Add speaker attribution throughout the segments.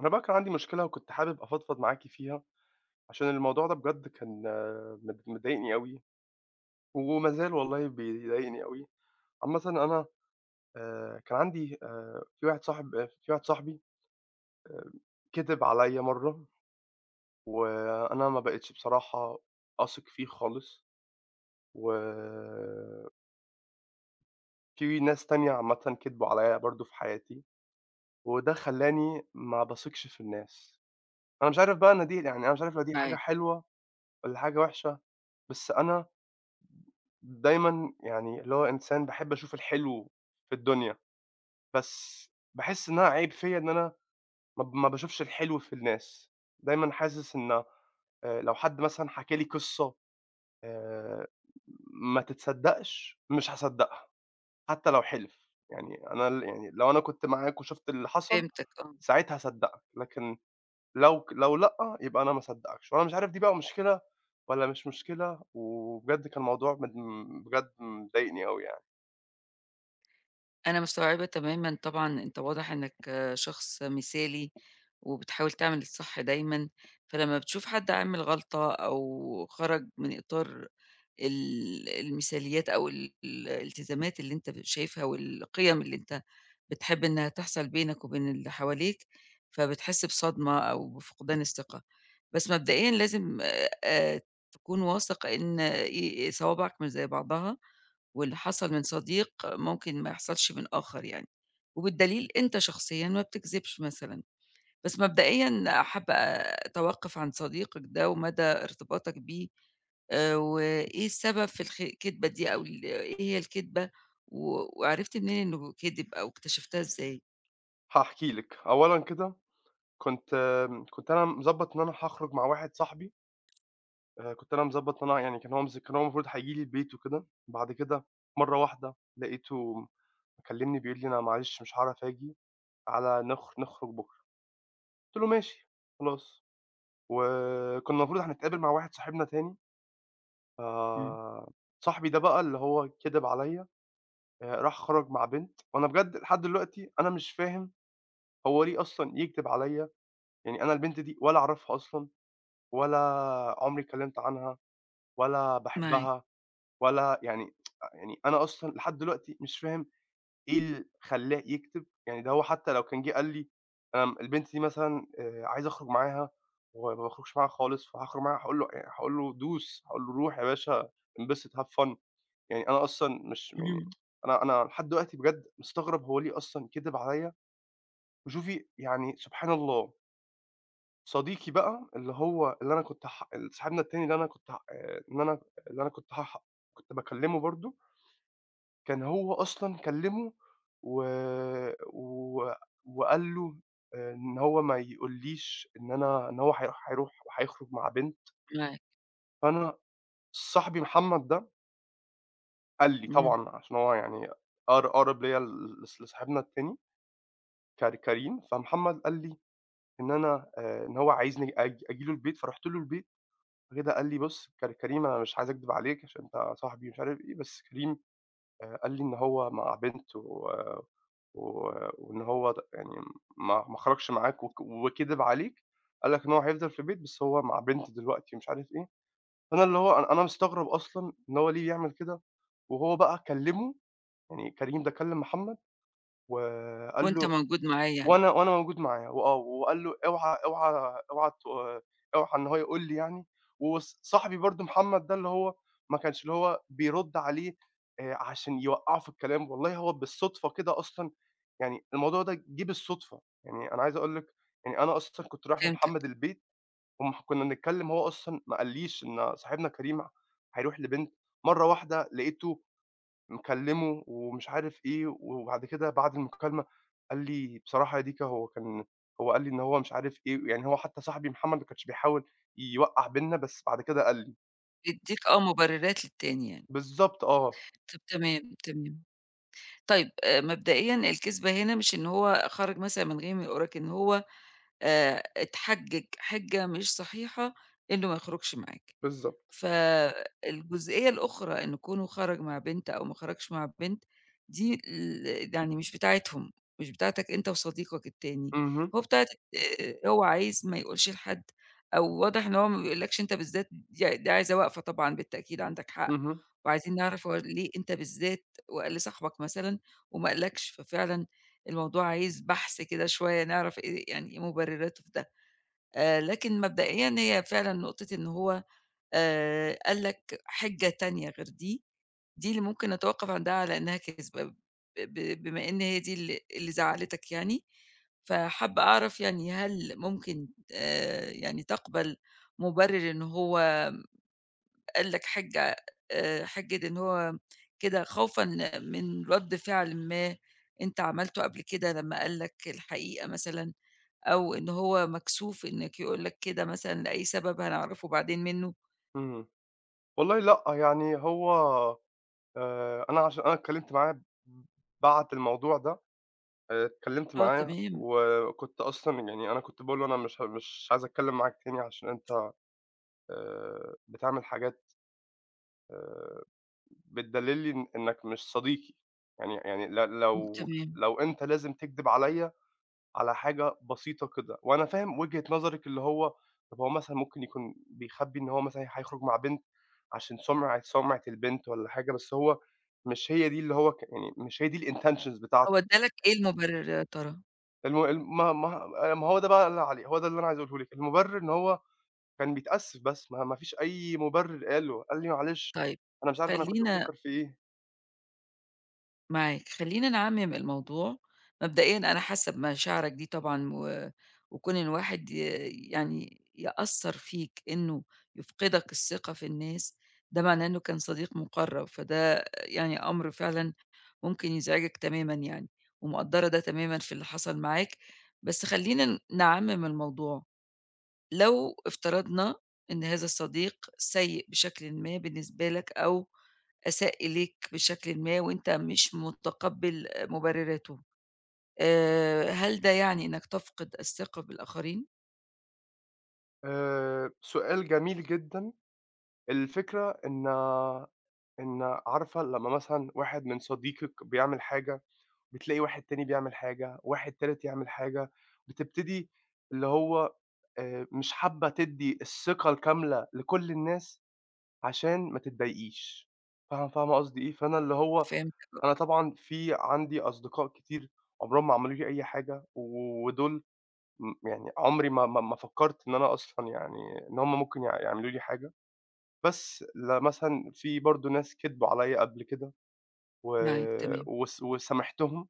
Speaker 1: أنا بقى كان عندي مشكلة وكنت حابب أفضفض معاكِ فيها، عشان الموضوع ده بجد كان آه، مد مضايقني أوي، وما زال والله بيضايقني أوي. عامةً أنا كان عندي في واحد صاحبي آآ كدب عليّا مرّة، وأنا ما بقيتش بصراحة أثق فيه خالص، وفي ناس تانية عامةً كدبوا عليّا برضه في حياتي، وده خلّاني ما باثقش في الناس. أنا مش عارف بقى أنا مش عارف لو دي حاجة
Speaker 2: معاك،
Speaker 1: حلوة والّا حاجة وحشة، بس أنا دايمًا يعني اللي هو إنسان باحب أشوف الحلو في الدنيا، بس باحس إنها عيب فيّا إن أنا ما باشوفش الحلو في الناس. دايمًا حاسس إن لو حد مثلًا حكى لي قصة آآ ما تتصدّقش، مش هاصدّقها حتى لو حلف. يعني أنا يعني لو أنا كنت معاك وشُفت اللي حصل،
Speaker 2: فهمتك آه،
Speaker 1: ساعتها هاصدّقك، لكن لو لأ، يبقى أنا ما اصدّقكش. وأنا مش عارف دي بقى مشكلة والّا مش مشكلة، وبجد كان الموضوع بجد مضايقني أوي يعني.
Speaker 2: أنا مستوعبة تمامًا طبعًا، أنت واضح إنك شخص مثالي، وبتحاول تعمل الصح دايمًا، فلمّا بتشوف حد عامل غلطة أو خرج من إطار المثاليات أو الالتزامات اللي أنت شايفها والقيم اللي أنت بتحب إنها تحصل بينك وبين اللي حواليك، فبتحس بصدمة أو بفقدان الثقة. بس مبدئيًا لازم آآ تكون واثق إن صوابعك مش زي بعضها واللي حصل من صديق ممكن ما يحصلش من آخر يعني، وبالدليل أنت شخصيًا ما بتكذبش مثلًا. بس مبدئيًا حابة أتوقف عن صديقك ده ومدى ارتباطك بيه، وإيه السبب في الكدبة دي أو إيه هي الكدبة، و وعرفت منين إنه كدب أو اكتشفتها إزاي؟
Speaker 1: هاحكي لِك. أولًا كده كنت أنا مضبّط إن أنا هاخرج مع واحد صاحبي. كنت أنا مضبّط إن أنا يعني كان هو المفروض هييجي لي البيت وكده. بعد كده مرّة واحدة لقيته مكلّمني بيقول لي: "أنا معلش مش هاعرف آجي، تعالَ نخرج بُكرة." قُلت له: "ماشي خلاص." وكنا المفروض هنتقابل مع واحد صاحبنا تاني،
Speaker 2: إمم،
Speaker 1: فصاحبي ده بقى اللي هو كدب عليَّ. راح خرج مع بنت، وأنا بجد لحد دلوقتي أنا مش فاهم هو ليه أصلًا يكدب عليَّ. يعني أنا البنت دي ولا أعرفها أصلًا، ولا عمري اتكلمت عنها، ولا
Speaker 2: معاك،
Speaker 1: باحبها، ولا يعني يعني أنا أصلًا لحد دلوقتي مش فاهم إيه اللي خلّاه يكتب. يعني ده هو حتى لو كان جِه قال لي أنا البنت دي مثلًا عايز أخرج معاها، وما باخرجش معاها خالص، فهاخرج معاها هاقول له دوس، هاقول له روح يا باشا انبسط have fun. يعني أنا أصلًا مش يعني...
Speaker 2: اهم،
Speaker 1: أنا لحد دلوقتي بجد مستغرب هو ليه أصلًا كدب عليّا. وشوفي يعني سبحان الله. صديقي بقى اللي هو اللي أنا كنت ح صاحبنا التاني اللي أنا كنت هاح كنت باكلّمه برضه. كان هو أصلًا كلّمه و و وقال له إن هو ما يقولّيش إن إن هو هيروح وهيخرج مع بنت.
Speaker 2: معاك،
Speaker 1: فأنا صاحبي محمد ده قال لي
Speaker 2: إمم،
Speaker 1: طبعًا، عشان هو يعني أقرب ليّا ل لص لصاحبنا التاني كريم، فمحمد قال لي إن هو عايزني آجي له البيت، فرُحت له البيت. فكده قال لي: "بُص كريم أنا مش عايز أكدب عليك عشان أنت صاحبي" مش عارف إيه. بس كريم قال لي إن هو مع بنت، و و وإن هو ت يعني ما خرجش معاك وكِدب عليك. قال لك إن هو هيفضل في البيت بس هو مع بنت دلوقتي ومش عارف إيه. فأنا اللي هو أنا أنا مستغرب أصلًا إن هو ليه يعمل كده. وهو بقى كلّمه، يعني كريم ده كلّم محمد وقال
Speaker 2: وأنت
Speaker 1: له
Speaker 2: موجود معاه يعني،
Speaker 1: وأنا موجود معاه، وقال له اوعى اوعى اوعى اوعى إن هو يقول لي يعني. وص صاحبي برضه محمد ده اللي هو ما كانش اللي هو بيرُد عليه عشان يوقّعه في الكلام، والله هو بالصدفة كده أصلًا، يعني الموضوع ده جِه بالصدفة. يعني أنا عايز أقول لِك، يعني أنا أصلًا كنت رايح
Speaker 2: فهمتك،
Speaker 1: لمحمد البيت وم كنا بنتكلّم، هو أصلًا ما قاليش إن صاحبنا كريم هيروح لبنت. مرّة واحدة لقيته مكلّمه ومش عارف إيه، وبعد كده بعد المكالمة قال لي بصراحة يا ديكا هو قال لي إن هو مش عارف إيه. يعني هو حتى صاحبي محمد ما كانش بيحاول يوقّع بيننا، بس بعد كده قال لي.
Speaker 2: بيدّيك آه مبررات للتاني يعني.
Speaker 1: بالضبط آه،
Speaker 2: طب تمام، تمام. طيب مبدئيًا الكذبة هنا مش إن هو خرج مثلًا من غير ما يقول لك، إن هو اتحجّج حِجّة مش صحيحة إنه ما يخرجش معاك.
Speaker 1: بالضبط.
Speaker 2: فالجزئية الأخرى إن كونه خرج مع بنت أو ما خرجش مع بنت دي يعني مش بتاعتهم، مش بتاعتك أنت وصديقك التاني،
Speaker 1: اهم،
Speaker 2: هو بتاعة هو عايز ما يقولش لحد أو واضح إن هو ما بيقولكش أنت بالذات دي عايزة واقفة طبعًا بالتأكيد عندك حق،
Speaker 1: اهم،
Speaker 2: وعايزين نعرف هو ليه أنت بالذات وقال لصاحبك مثلًا وما قالكش، ففعلًا الموضوع عايز بحث كده شوية نعرف إيه يعني إيه مبرراته في ده. لكن مبدئيًا هي فعلًا نقطة إن هو قال لك حِجّة تانية غير دي، دي اللي ممكن أتوقّف عندها على إنها كذبة، ب ب بما إن هي دي اللي زعّلتك يعني، فحابّة أعرف يعني هل ممكن يعني تقبل مُبرِّر إن هو قال لك حِجّة إن هو كده خوفًا من رَد فعل ما أنت عملته قبل كده لمّا قال لك الحقيقة مثلًا، أو إن هو مكسوف إنّك يقول لك كده مثلًا لأي سبب هنعرفه بعدين منّه؟
Speaker 1: إمم. والله لأ. يعني هو أنا عشان أنا اتكلّمت معاه بعد الموضوع ده. اتكلّمت
Speaker 2: آه
Speaker 1: معاه
Speaker 2: تمام.
Speaker 1: وكنت أصلًا، يعني أنا كنت باقول له: "أنا مش عايز أتكلّم معاك تاني عشان أنت بتعمل حاجات" آآ بتدلّل لي إنّك مش صديقي. يعني ل
Speaker 2: إمم،
Speaker 1: لو
Speaker 2: تمام.
Speaker 1: لو أنت لازم تكدب عليّا على حاجة بسيطة كده، وأنا فاهم وجهة نظرِك، اللي هو طَب هو مثلًا ممكن يكون بيخبّي إن هو مثلًا هيخرج مع بنت عشان سُمعة البنت والّا حاجة، بس هو مش هي دي اللي هو يعني مش هي دي الintentions بتاعته.
Speaker 2: هو ادّالك إيه المبرر يا ترى؟
Speaker 1: الم الم ما ما ما هو ده بقى اللي عليه، هو ده اللي أنا عايز أقوله لِك. المُبرر إن هو كان بيتأسف بس، ما فيش أي مُبرر قاله. قال لي: "معلش
Speaker 2: طيب
Speaker 1: أنا مش عارف أنا كنت
Speaker 2: خلّينا
Speaker 1: بافكّر في إيه."
Speaker 2: معاك، خلّينا نعمّم الموضوع. مبدئيًا أنا حاسة بمشاعرك دي طبعًا و وكون الواحد يعني يأثّر فيك إنه يفقدك الثقة في الناس، ده معناه إنه كان صديق مُقرّب، فده يعني أمر فعلًا ممكن يزعجك تمامًا يعني، ومقدّرة ده تمامًا في اللي حصل معاك، بس خلّينا نعمّم الموضوع. لو افترضنا إن هذا الصديق سيء بشكلٍ ما بالنسبة لك أو أساء إليك بشكلٍ ما وأنت مش متقبّل مبرراته، هل ده يعني إنك تفقد الثقة بالآخرين؟
Speaker 1: سؤال جميل جدًا. الفكرة إن عارفة لمّا مثلًا واحد من صديقِك بيعمل حاجة، بتلاقي واحد تاني بيعمل حاجة، واحد تالت يعمل حاجة، بتبتدي اللي هو مش حابة تدّي الثقة الكاملة لكل الناس عشان ما تتضايقيش. فاهمة قصدي إيه؟ فأنا اللي هو
Speaker 2: فهمتك،
Speaker 1: أنا طبعًا في عندي أصدقاء كتير عمرهم ما عملوا لي أي حاجة، ودول يعني عمري ما فكّرت إن أنا أصلًا، يعني إن هم ممكن يعملوا لي حاجة. بس مثلًا في برضه ناس كدبوا عليّا قبل كده و
Speaker 2: معاك تمام،
Speaker 1: وس وسامحتهم،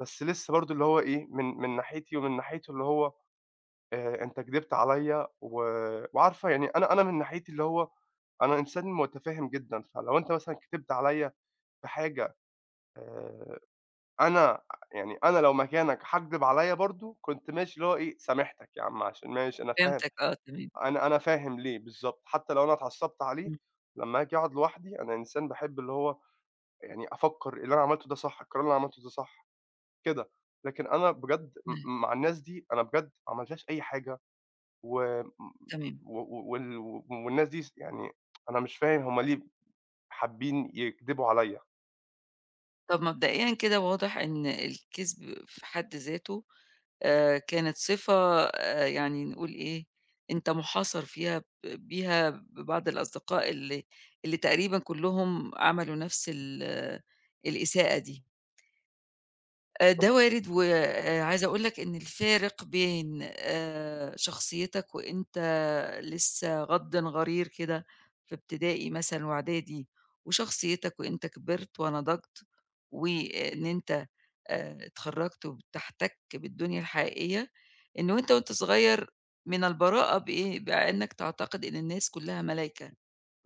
Speaker 1: بس لسه برضه اللي هو إيه، من ناحيتي ومن ناحيته، اللي هو أنت كدبت عليّا وعارفة. يعني أنا من ناحيتي اللي هو أنا إنسان متفاهم جدًا، فلو أنت مثلًا كدبت عليّا في حاجة آآ أنا أنا لو مكانك هتكدب عليّا برضه، كنت ماشي اللي هو إيه، سامحتك يا عم عشان ماشي أنا فاهم
Speaker 2: فهمتك آه تمام،
Speaker 1: أنا أنا فاهم ليه، بالضبط. حتى لو أنا اتعصبت عليه،
Speaker 2: إمم،
Speaker 1: لمّا آجي أقعد لوحدي أنا إنسان باحب اللي هو، يعني أفكّر اللي أنا عملته ده صح، القرار اللي أنا عملته ده صح، كده. لكن أنا بجد
Speaker 2: إمم،
Speaker 1: مع الناس دي أنا بجد ما عملتش أي حاجة، و م
Speaker 2: تمام.
Speaker 1: و و وال والناس دي يعني أنا مش فاهم هم ليه حابين يكدبوا عليّا.
Speaker 2: طَب مبدئيًا كده واضح إن الكذب في حد ذاته كانت صفة يعني نقول إيه، أنت مُحاصر فيها بيها ببعض الأصدقاء اللي تقريبًا كلّهم عملوا نفس الإساءة دي. ده وارد، وعايزة أقول لك إن الفارق بين شخصيتك وأنت لسه غَرير كده في ابتدائي مثلًا وإعدادي، وشخصيتك وأنت كبرت ونضجت، وإن أنت اتخرّجت وبتحتك بالدنيا الحقيقية، إنه أنت وأنت صغير من البراءة بإيه، بأنك تعتقد إن الناس كلّها ملايكة.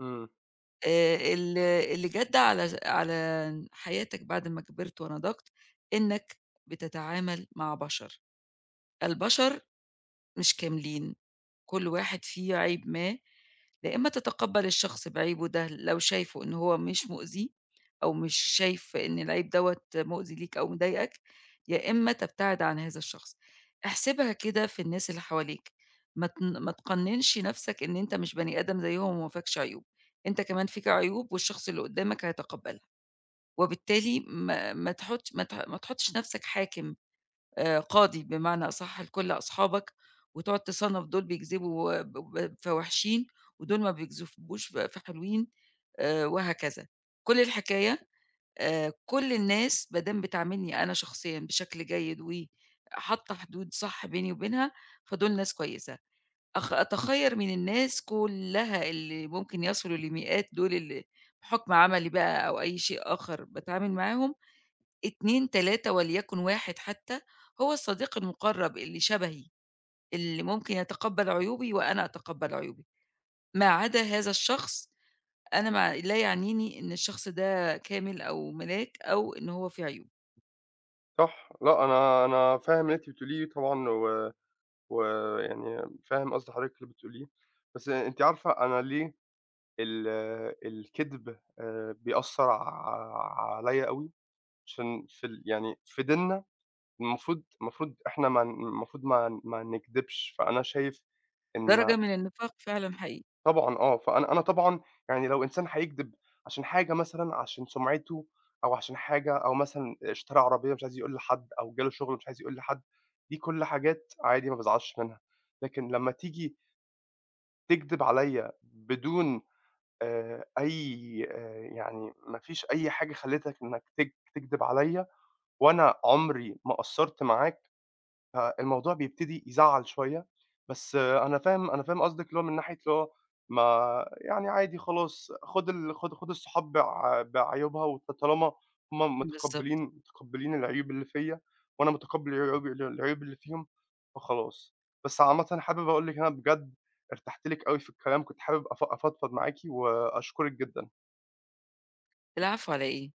Speaker 1: إمم،
Speaker 2: ال اللي جَد على حياتك بعد ما كبرت ونضجت، إنك بتتعامل مع بشر، البشر مش كاملين. كل واحد فيه عيب ما، لا إما تتقبّل الشخص بعيبه ده لو شايفه إن هو مش مؤذيه أو مش شايف إن العيب دوّة مؤذي ليك أو مضايقك، يا إما تبتعد عن هذا الشخص. احسبها كده في الناس اللي حواليك، ما تقنّنش نَفْسك إن أنت مش بني آدم زيّهم وما فيكش عيوب، أنت كمان فيك عيوب والشخص اللي قُدّامك هيتقبّلها، وبالتالي ما ما تحُطش ما ت ما تحُطّش نَفْسك حاكم قاضي بمعنى أصح لكل أصحابك، وتقعد تصنّف دول بيكذبوا ب ب في وِحشين، ودول ما بيكذبوش في حلوين وهكذا. كل الحكاية كل الناس ما دام بتعاملني أنا شخصيًا بشكل جيد وحاطة حدود صح بيني وبينها، فدول ناس كويسة. أتخيّر من الناس كُلّها اللي ممكن يصلوا لمئات دول اللي بحُكم عملي بقى أو أي شيء آخر باتعامل معاهم 2، 3 وليكن 1 حتى، هو الصديق المقرب اللي شبهي، اللي ممكن يتقبل عيوبي وأنا أتقبل عيوبه. ما عدا هذا الشخص، أنا ما لا يعنيني إن الشخص ده كامل أو ملاك أو إن هو فيه عيوب.
Speaker 1: صح، لأ أنا فاهم اللي أنتِ بتقوليه طبعًا، ويعني فاهم قصد حضرتِك اللي بتقوليه. بس أنتِ عارفة أنا ليه ال الكدب بيأثّر عليّا أوي، عشان في ال يعني في ديننا المفروض ما نكدبش، فأنا شايف إن
Speaker 2: درجة من النفاق فعلًا حقيقي.
Speaker 1: طبعًا فأنا طبعًا، يعني لو إنسان هيكدب عشان حاجة مثلًا، عشان سُمعته أو عشان حاجة، أو مثلًا اشترى عربية مش عايز يقول لحد، أو جاله شغل مش عايز يقول لحد، دي كُل حاجات عادي ما بازعلش منها. لكن لمّا تيجي تكدب عليّا بدون أي يعني ما فيش أي حاجة خلّتك إنّك تكدب عليّا، وأنا عمري ما قصّرت معاك، فالموضوع بيبتدي يزعّل شوية. بس أنا فاهم قصدِك، اللي هو من ناحية، اللي هو ما يعني عادي خلاص خُد ال خُد خُد الصحاب بعيوبها وط طالما هُم
Speaker 2: بالضبط.
Speaker 1: متقبّلين العيوب اللي فيّا، وأنا متقبّل العيوب اللي فيهم، فخلاص. بس عامةً حابب أقول لِك إن أنا بجد ارتحت لِك أوي في الكلام، كنت حابب أفضفض معاكِ وأشكرِك جدًا.
Speaker 2: العفو على إيه؟